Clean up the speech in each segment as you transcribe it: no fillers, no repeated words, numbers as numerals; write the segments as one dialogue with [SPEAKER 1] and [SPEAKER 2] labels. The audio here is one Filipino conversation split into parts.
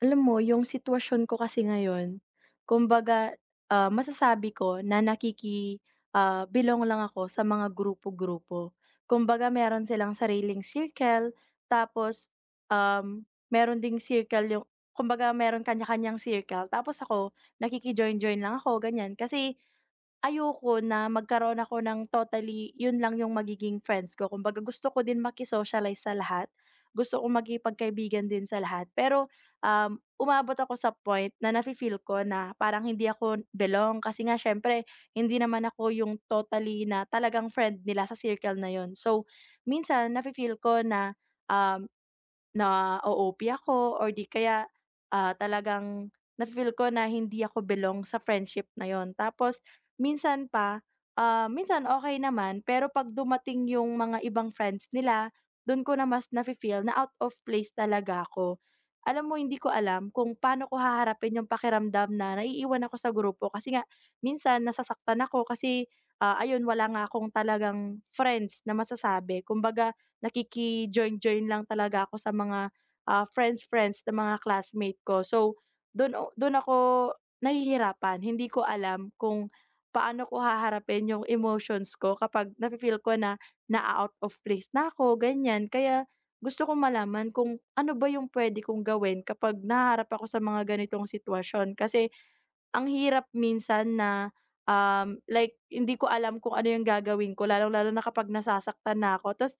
[SPEAKER 1] Alam mo yung sitwasyon ko kasi ngayon, kumbaga, masasabi ko na belong lang ako sa mga grupo-grupo. Kumbaga meron silang sariling circle, tapos, um, meron ding circle yung kumbaga meron kanya-kanyang circle, tapos ako nakiki-join-join lang ako, ganyan. Kasi ayoko na magkaroon ako ng totally yun lang yung magiging friends ko. Kumbaga gusto ko din makisocialize sa lahat, gusto kong makipagkaibigan din sa lahat. Pero, umabot ako sa point na nafi-feel ko na parang hindi ako belong kasi nga siyempre hindi naman ako yung totally na talagang friend nila sa circle na yun. So, minsan nafi-feel ko na, um na-o-OP ako or di kaya, talagang nafi-feel ko na hindi ako belong sa friendship na yun. Tapos minsan pa, minsan okay naman pero 'pag dumating yung mga ibang friends nila, dun ko na mas na feel na out of place talaga ako. Alam mo, hindi ko alam kung paano ko haharapin yung pakiramdam na naiiwan ako sa grupo kasi nga minsan nasasaktan ako kasi, ayun, wala nga akong talagang friends na masasabi, kumbaga nakiki-join-join lang talaga ako sa mga, friends-friends ng mga classmate ko. So, dun ako nahihirapan, hindi ko alam kung paano ko haharapin yung emotions ko kapag nafi-feel ko na na out of place na ako, ganyan. Kaya gusto kong malaman kung ano ba yung puwede kong gawin kapag nahaharap ako sa mga ganitong sitwasyon kasi ang hirap minsan na, like hindi ko alam kung ano yung gagawin ko, lalong-lalo na kapag nasasaktan na ako ta's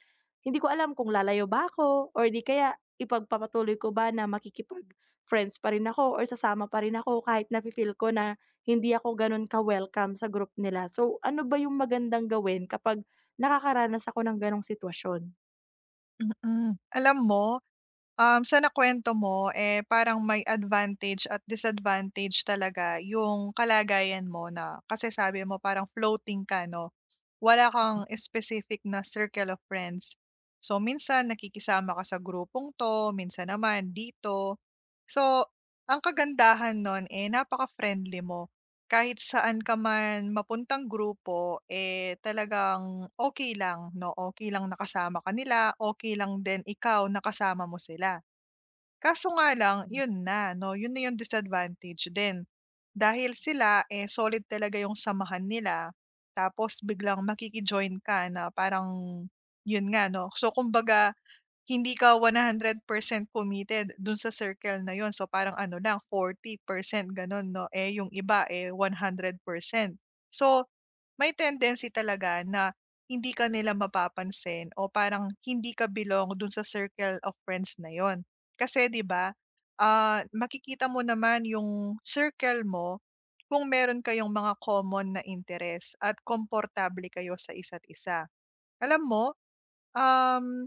[SPEAKER 1] hindi ko alam kung lalayo ba ako or 'di kaya ipagpapatuloy ko ba na makikipag-friends pa rin ako or sasama pa rin ako kahit nafi-feel ko na hindi ako gano'n ka-welcome sa group nila. So, ano ba yung magandang gawin kapag nakakaranas ako ng gano'ng sitwasyon?
[SPEAKER 2] Mm. Alam mo, sa nakuwento mo, eh, parang may advantage at disadvantage talaga yung kalagayan mo na kasi sabi mo parang floating ka 'no? Wala kang specific na circle of friends. So, minsan nakikisama ka sa grupong 'to, minsan naman dito. So, ang kagandahan nun, eh, napaka-friendly mo. Kahit saan ka man mapuntang grupo, eh, talagang okay lang 'no, okay lang nakasama kanila, okay lang din ikaw nakasama mo sila. Kaso nga lang, yun na 'no, yun na yung disadvantage din. Dahil sila, eh, solid talaga yung samahan nila, tapos biglang makiki ka na parang yun nga 'no. So kumbaga, hindi ka 100% committed dun sa circle na yun. So parang ano lang, 40% ganun 'no, eh, yung iba, eh, 100%. So may tendency talaga na hindi ka nila mapapansin o parang hindi ka belong dun sa circle of friends na yun. Kasi 'di ba, makikita mo naman yung circle mo kung meron kayong mga common na interes at komportable kayo sa isa't isa. Alam mo, um,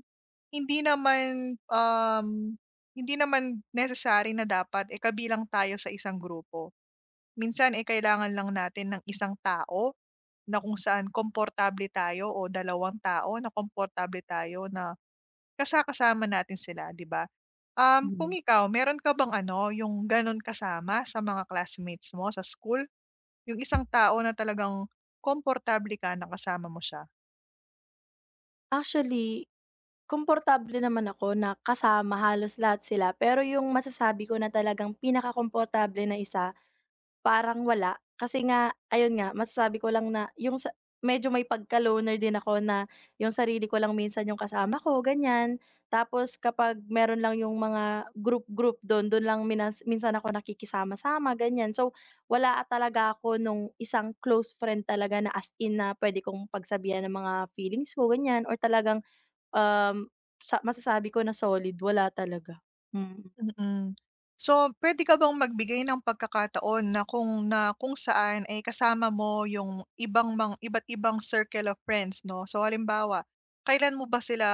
[SPEAKER 2] hindi naman, hindi naman necessary na dapat, eh, kabilang tayo sa isang grupo. Minsan, eh, kailangan lang natin ng isang tao na kung saan komportable tayo o dalawang tao na komportable tayo na kasa kasama natin sila, 'di ba? Kung
[SPEAKER 1] Mhm.
[SPEAKER 2] ikaw, meron ka bang ano, yung gano'n kasama sa mga classmates mo sa school? Yung isang tao na talagang komportable ka na kasama mo siya?
[SPEAKER 1] Actually, komportable naman ako na kasama halos lahat sila, pero yung masasabi ko na talagang pinakakomportable na isa, parang wala. Kasi nga, ayun nga, masasabi ko lang na yung sa medyo may pagka-loner din ako na yung sarili ko lang minsan yung kasama ko, ganyan. Tapos kapag meron lang yung mga group-group do'n lang minsan ako nakikisama-sama, ganyan. So, wala talaga ako nung isang close friend talaga na as in na puwede kong pagsabihan ng mga feelings ko, ganyan, or talagang Um, sa masasabi ko na solid, wala talaga, mm.
[SPEAKER 2] Mm. So, puwede ka bang magbigay ng pagkakataon na kung saan ay kasama mo yung ibang mang iba't ibang circle of friends 'no? So, halimbawa, kailan mo ba sila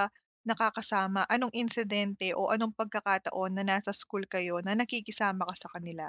[SPEAKER 2] nakakasama? Anong insidente o anong pagkakataon na nasa school kayo na nakikisama ka sa kanila?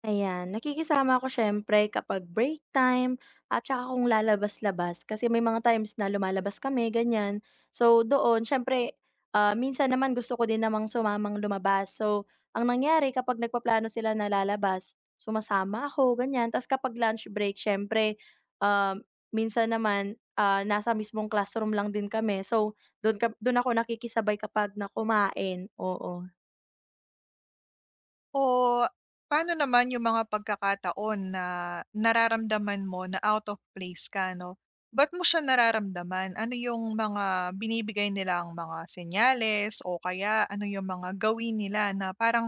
[SPEAKER 1] Ayan, nakikisama ako siyempre kapag break time at saka kung lalabas-labas kasi may mga times na lumalabas kami, ganyan. So doon, siyempre, minsan naman gusto ko din namang sumamang lumabas. So ang nangyari, kapag nagpaplano sila na lalabas, sumasama ako, ganyan. Tapos kapag lunch break, siyempre, minsan naman nasa mismong classroom lang din kami. So doon, doon ako nakikisabay kapag na kumain, oo.
[SPEAKER 2] O paano naman yung mga pagkakataon na nararamdaman mo na out of place ka 'no? Ba't mo siya nararamdaman? Ano yung mga binibigay nilang mga senyales o kaya ano yung mga gawin nila na parang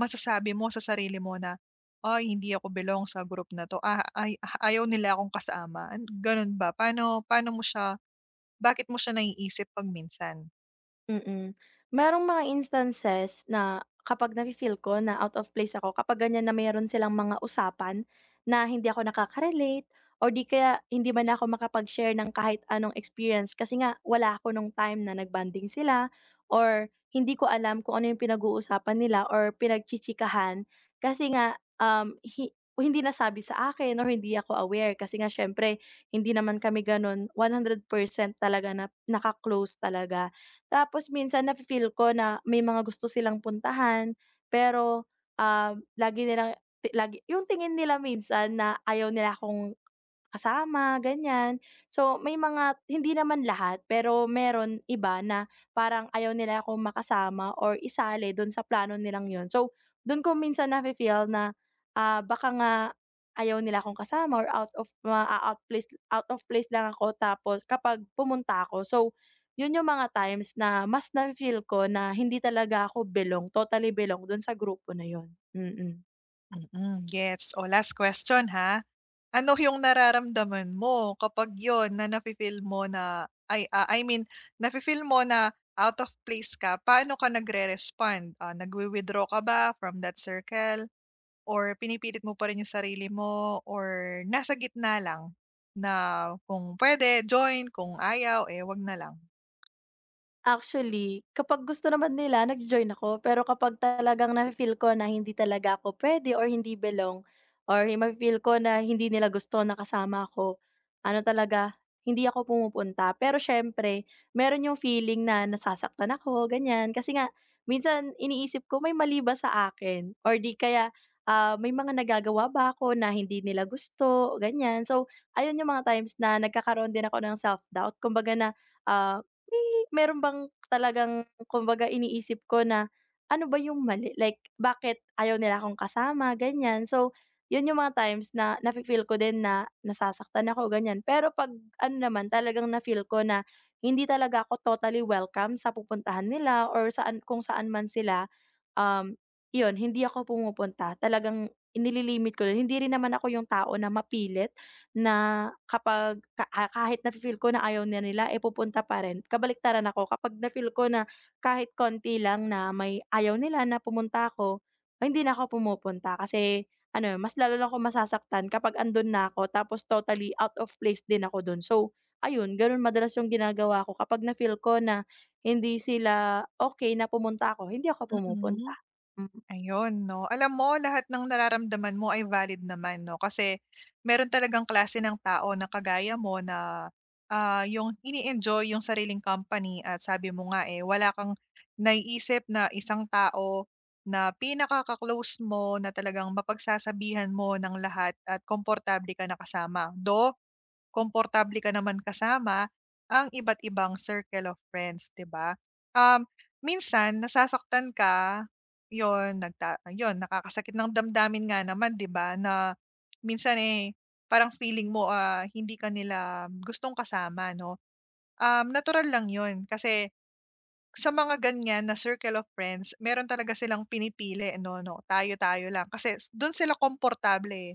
[SPEAKER 2] masasabi mo sa sarili mo na, "Ay hindi ako belong sa group na 'to, ah, ayaw nila akong kasama." An gano'n ba? Paano paano mo siya bakit mo siya naiisip 'pag minsan?
[SPEAKER 1] Mm. Merong mga instances na kapag nafi-feel ko na out of place ako kapag ganyan na mayroon silang mga usapan na hindi ako nakaka-relate or di kaya hindi man ako makapag-share ng kahit anong experience kasi nga wala ako nung time na nagbanding sila or hindi ko alam kung ano yung pinag-uusapan nila or pinagchichikahan kasi nga, um, hi hindi nasabi sa akin or hindi ako aware kasi nga siyempre hindi naman kami gano'n 100% talaga na naka-close talaga. Tapos minsan nafe-feel ko na may mga gusto silang puntahan pero, um, lagi nilang lagi yung tingin nila minsan na ayaw nila akong kasama, ganyan. So, may mga hindi naman lahat, pero meron iba na parang ayaw nila akong makasama or isali do'n sa plano nilang yon. So, do'n ko minsan nafe-feel na, baka nga ayaw nila akong kasama or out of place lang ako tapos kapag pumunta ako. So, 'yun yung mga times na mas na feel ko na hindi talaga ako belong, totally belong do'n sa grupo na 'yun. Mm.
[SPEAKER 2] Mm, gets. O last question ha. Ano yung nararamdaman mo kapag yon na nafi-feel mo na I mean nafi-feel mo na out of place ka, paano ka nagre-respond? Ah, nagwi-withdraw ka ba from that circle or pinipilit mo pa rin yung sarili mo or nasa gitna lang na kung pwede join, kung ayaw, eh, 'wag na lang?
[SPEAKER 1] Actually, kapag gusto naman nila, nagjo-join ako, pero kapag talagang nafi-feel ko na hindi talaga ako puwede or hindi belong or mafi-feel ko na hindi nila gusto na kasama ako, ano talaga, hindi ako pumupunta. Pero siyempre, meron yung feeling na nasasaktan ako, ganyan. Kasi nga, minsan iniisip ko may mali ba sa akin or 'di kaya, may mga nagagawa ba ako na hindi nila gusto, ganyan. So, ayun yung mga times na nagkakaroon din ako ng self-doubt kumbaga na, ah may meron bang talagang, kumbaga, iniisip ko na, ano ba yung mali? Like, bakit ayaw nila akong kasama, ganyan. So, yun yung mga times na nafi-feel ko din na nasasaktan ako, ganyan. Pero 'pag ano naman, talagang na-feel ko na hindi talaga ako totally welcome sa pupuntahan nila or saan kung saan man sila, um, yun, hindi ako pumupunta. Talagang nililimit ko din. Hindi rin naman ako yung tao na mapilit na kapag kahit na feel ko na ayaw na nila, eh, pupunta pa rin. Kabaliktaran ako, kapag na-feel ko na kahit konti lang na may ayaw nila na pumunta ako, ay, hindi na ako pumupunta kasi ano, mas lalo lang akong masasaktan kapag andun na ako tapos totally out of place din ako dun. So, ayun, ganun madalas yung ginagawa ko, kapag na-feel ko na hindi sila okey na pumunta ako, hindi ako
[SPEAKER 2] Mm.
[SPEAKER 1] pumupunta. Hmm.
[SPEAKER 2] Ayun 'no. Alam mo lahat ng nararamdaman mo ay valid naman 'no, kasi meron talagang klase ng tao na kagaya mo na, yung ini-enjoy yung sariling company at sabi mo nga, eh, wala kang naiisip na isang tao na pinakaka-close mo na talagang mapagsasabihan mo ng lahat at komportable ka na kasama. Though komportable ka naman kasama ang iba't ibang circle of friends, 'di ba? Um, Minsan nasasaktan ka, 'yon nakakasakit ng damdamin nga naman, 'di ba, na minsan, eh, parang feeling mo, ah, hindi ka nila gustong kasama 'no. Natural lang 'yon kasi sa mga ganyan na circle of friends, meron talaga silang pinipili 'no, 'no, tayo-tayo lang kasi dun sila komportable, eh.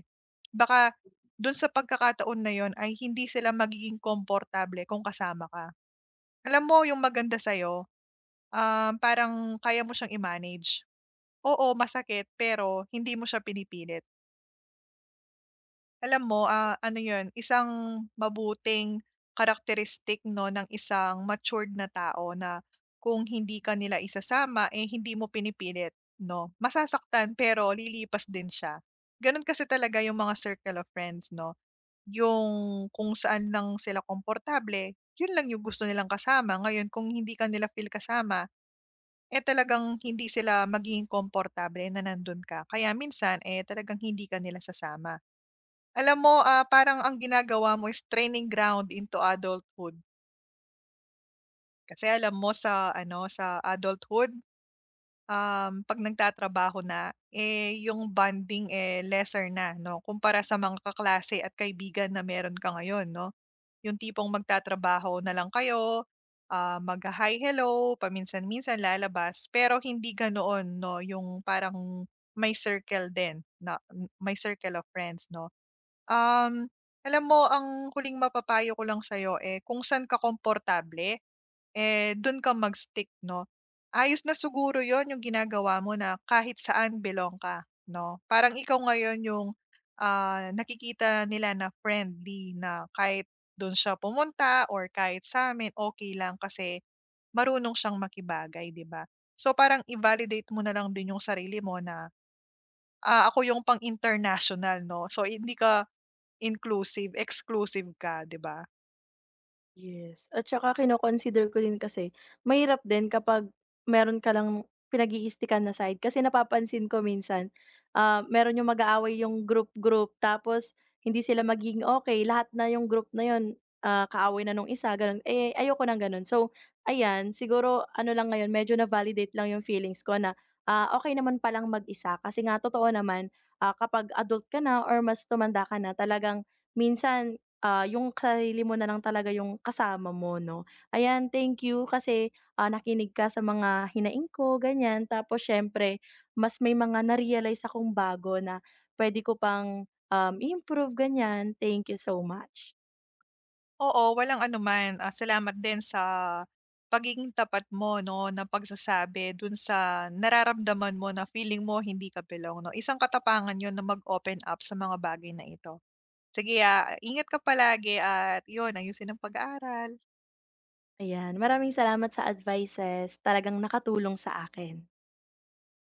[SPEAKER 2] Baka dun sa pagkakataon na yon ay hindi sila magiging komportable kung kasama ka. Alam mo yung maganda sa'yo, parang kaya mo siyang i-manage. Oo, masakit pero hindi mo siya pinipilit. Alam mo, ah, ano 'yun, isang mabuting karakteristik 'no ng isang matured na tao na kung hindi ka nila isasama, eh, hindi mo pinipilit 'no. Masasaktan pero lilipas din siya. Gano'n kasi talaga yung mga circle of friends 'no. Yung kung saan lang sila komportable, yun lang yung gusto nilang kasama. Ngayon kung hindi ka nila feel kasama, eh, talagang hindi sila magiging komportable na nandun ka. Kaya minsan, eh, talagang hindi ka nila sasama. Alam mo, ah, parang ang ginagawa mo is training ground into adulthood. Kasi alam mo sa ano, sa adulthood, 'pag nagtatrabaho na, eh, yung bonding, eh, lesser na 'no, kumpara sa mga kaklase at kaibigan na meron ka ngayon 'no. Yung tipong magtatrabaho na lang kayo, ah, magha-hi, hello, paminsan-minsan lalabas, pero hindi ganoon 'no, yung parang may circle din na may circle of friends 'no. Um, Alam mo ang huling mapapayo ko lang sa'yo, eh, kung saan ka komportable eh, dun ka mag-stick 'no. Ayos na siguro yon yung ginagawa mo na kahit saan belong ka 'no. Parang ikaw ngayon yung, nakikita nila na friendly na kahit dun siya pumunta or kahit sa amin, okay lang kasi marunong siyang makibagay 'di ba. So parang i-validate mo na lang din yung sarili mo na, ah, ako yung pang international 'no. So hindi ka inclusive, exclusive ka 'di ba?
[SPEAKER 1] Yes, at saka kino-consider ko din kasi mahirap din kapag meron ka lang pinag-iistikan na side kasi napapansin ko minsan, meron yung mag-aaway yung group-group tapos hindi sila magiging okay, lahat na yung group na yun, kaaway na nung isa gano'n, eh, ayoko nang gano'n. So, ayan, siguro ano lang ngayon, medyo na-validate lang yung feelings ko na, okay naman palang mag-isa kasi nga totoo naman, kapag adult ka na or mas tumanda ka na, talagang minsan yung sarili mo na lang talaga yung kasama mo 'no. Ayan, thank you kasi, nakinig ka sa mga hinaing ko, ganyan. Tapos siyempre mas may mga na-realize akong bago na puwede ko pang, improve, ganyan. Thank you so much.
[SPEAKER 2] Oo, walang anuman. Ah, salamat din sa pagiging tapat mo 'no, na pagsasabi dun sa nararamdaman mo na feeling mo hindi ka belong 'no. Isang katapangan yon na mag-open up sa mga bagay na ito. Sige, ah, ingat ka palagi at yun, ayusin ang pag-aaral.
[SPEAKER 1] Ayan, maraming salamat sa advices. Talagang nakatulong sa akin.